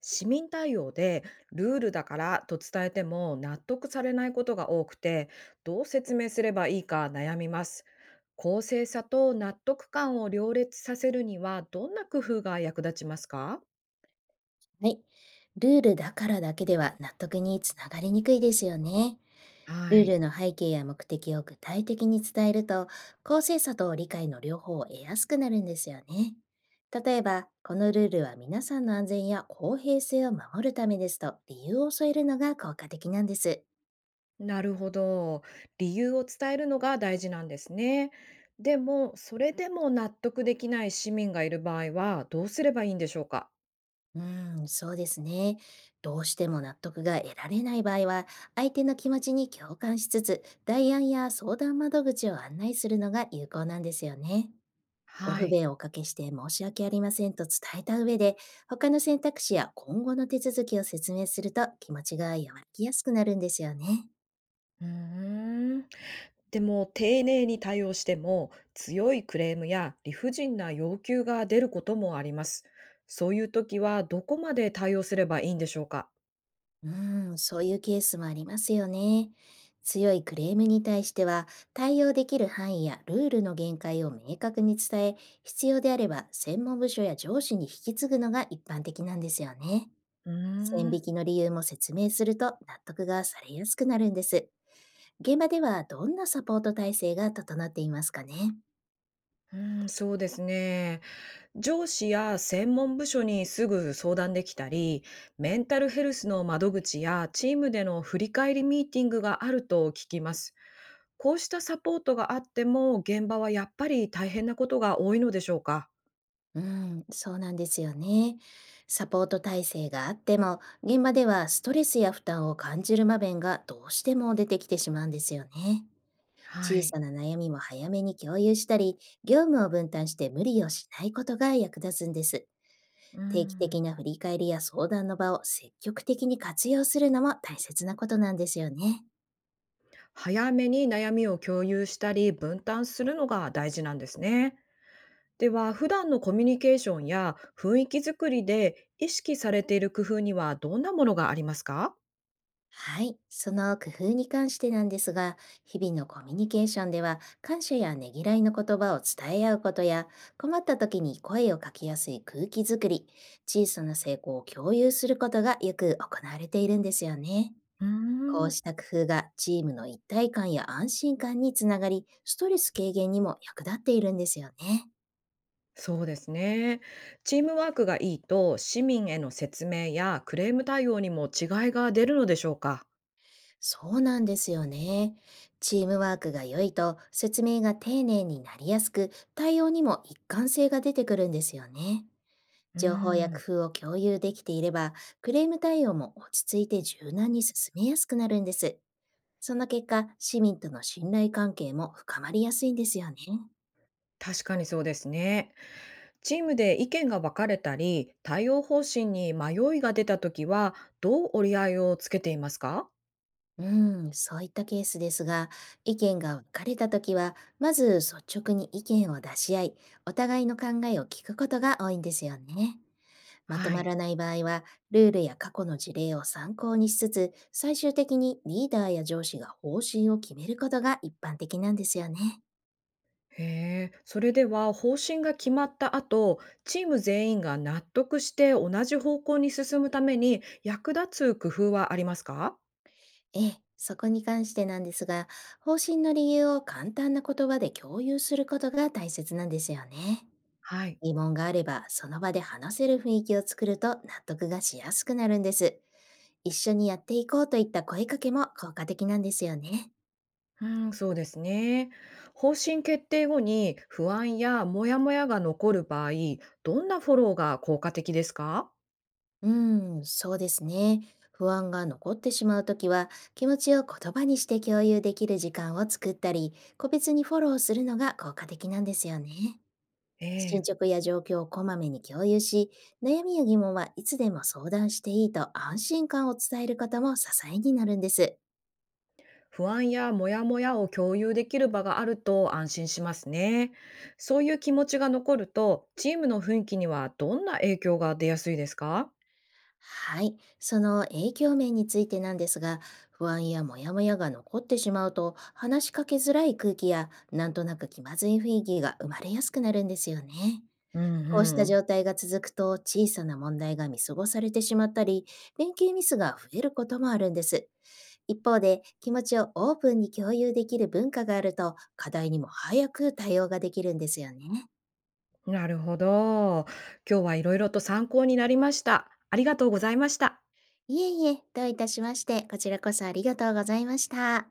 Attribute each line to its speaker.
Speaker 1: 市民対応でルールだからと伝えても納得されないことが多くて、どう説明すればいいか悩みます。公正さと納得感を両立させるにはどんな工夫が役立ちますか？
Speaker 2: はい。ルールだからだけでは納得につながりにくいですよね。
Speaker 1: は
Speaker 2: ルー
Speaker 1: い。
Speaker 2: ルの背景や目的を具体的に伝えると、公正さと理解の両方を得やすくなるんですよね。例えば、このルールは皆さんの安全や公平性を守るためですと理由を添えるのが効果的なんです。
Speaker 1: なるほど、理由を伝えるのが大事なんですね。でも、それでも納得できない市民がいる場合はどうすればいいんでしょうか？
Speaker 2: うーん、そうですね。どうしても納得が得られない場合は、相手の気持ちに共感しつつ、代案や相談窓口を案内するのが有効なんですよね。ご
Speaker 1: は
Speaker 2: 不
Speaker 1: い。
Speaker 2: 便をおかけして申し訳ありませんと伝えた上で、他の選択肢や今後の手続きを説明すると気持ちが和らぎやすくなるんですよね。
Speaker 1: うーんでも、丁寧に対応しても、強いクレームや理不尽な要求が出ることもあります。そういう時は、どこまで対応すればいいんでしょうか？
Speaker 2: うん、そういうケースもありますよね。強いクレームに対しては、対応できる範囲やルールの限界を明確に伝え、必要であれば専門部署や上司に引き継ぐのが一般的なんですよね。
Speaker 1: うー
Speaker 2: 線引
Speaker 1: ん、う
Speaker 2: きの理由も説明すると納得がされやすくなるんです。現場ではどんなサポート体制が整っていますかね？
Speaker 1: ん、そうですね。上司や専門部署にすぐ相談できたり、メンタルヘルスの窓口やチームでの振り返りミーティングがあると聞きます。こうしたサポートがあっても、現場はやっぱり大変なことが多いのでしょうか？
Speaker 2: うん、そうなんですよね。サポート体制があっても、現場ではストレスや負担を感じる場面がどうしても出てきてしまうんですよね。
Speaker 1: は
Speaker 2: 小
Speaker 1: い。
Speaker 2: さな悩みも早めに共有したり、業務を分担して無理をしないことが役立つんです。
Speaker 1: う
Speaker 2: 定期
Speaker 1: ん。
Speaker 2: 的な振り返りや相談の場を積極的に活用するのも大切なことなんですよね。
Speaker 1: 早めに悩みを共有したり分担するのが大事なんですね。では、普段のコミュニケーションや雰囲気づくりで意識されている工夫にはどんなものがありますか？
Speaker 2: はい、その工夫に関してなんですが、日々のコミュニケーションでは、感謝やねぎらいの言葉を伝え合うことや、困った時に声をかけやすい空気づくり、小さな成功を共有することがよく行われているんですよね。
Speaker 1: うー
Speaker 2: こう
Speaker 1: ん、
Speaker 2: した工夫がチームの一体感や安心感につながり、ストレス軽減にも役立っているんですよね。
Speaker 1: そうですね。チームワークがいいと市民への説明やクレーム対応にも違いが出るのでしょうか？
Speaker 2: そうなんですよね。チームワークが良いと説明が丁寧になりやすく、対応にも一貫性が出てくるんですよね。
Speaker 1: うー
Speaker 2: 情報や
Speaker 1: ん、
Speaker 2: 工夫を共有できていれば、クレーム対応も落ち着いて柔軟に進めやすくなるんです。その結果、市民との信頼関係も深まりやすいんですよね。
Speaker 1: 確かにそうですね。チームで意見が分かれたり、対応方針に迷いが出たときは、どう折り合いをつけていますか？
Speaker 2: うん、そういったケースですが、意見が分かれたときは、まず率直に意見を出し合い、お互いの考えを聞くことが多いんですよね。まと
Speaker 1: は
Speaker 2: ま
Speaker 1: い。
Speaker 2: らない場合は、ルールや過去の事例を参考にしつつ、最終的にリーダーや上司が方針を決めることが一般的なんですよね。
Speaker 1: へえ、それでは方針が決まった後、チーム全員が納得して同じ方向に進むために役立つ工夫はありますか？
Speaker 2: ええ、そこに関してなんですが、方針の理由を簡単な言葉で共有することが大切なんですよね。
Speaker 1: はい。
Speaker 2: 疑問があれば、その場で話せる雰囲気を作ると納得がしやすくなるんです。一緒にやっていこうといった声かけも効果的なんですよね。
Speaker 1: うん、そうですね。方針決定後に不安やモヤモヤが残る場合、どんなフォローが効果的ですか？
Speaker 2: うん、そうですね。不安が残ってしまうときは、気持ちを言葉にして共有できる時間を作ったり、個別にフォローするのが効果的なんですよね。
Speaker 1: え
Speaker 2: 進
Speaker 1: え、
Speaker 2: 捗や状況をこまめに共有し、悩みや疑問はいつでも相談していいと安心感を伝えることも支えになるんです。
Speaker 1: 不安やモヤモヤを共有できる場があると安心しますね。そういう気持ちが残ると、チームの雰囲気にはどんな影響が出やすいですか？
Speaker 2: はい。その影響面についてなんですが、不安やモヤモヤが残ってしまうと、話しかけづらい空気や、なんとなく気まずい雰囲気が生まれやすくなるんですよね。
Speaker 1: うん
Speaker 2: こうし
Speaker 1: う
Speaker 2: た
Speaker 1: ん。
Speaker 2: 状態が続くと小さな問題が見過ごされてしまったり、連携ミスが増えることもあるんです。一方で気持ちをオープンに共有できる文化があると課題にも早く対応ができるんですよね。
Speaker 1: なるほど。今日はいろいろと参考になりました。ありがとうございました。
Speaker 2: いえいえ、どういたしまして、こちらこそありがとうございました。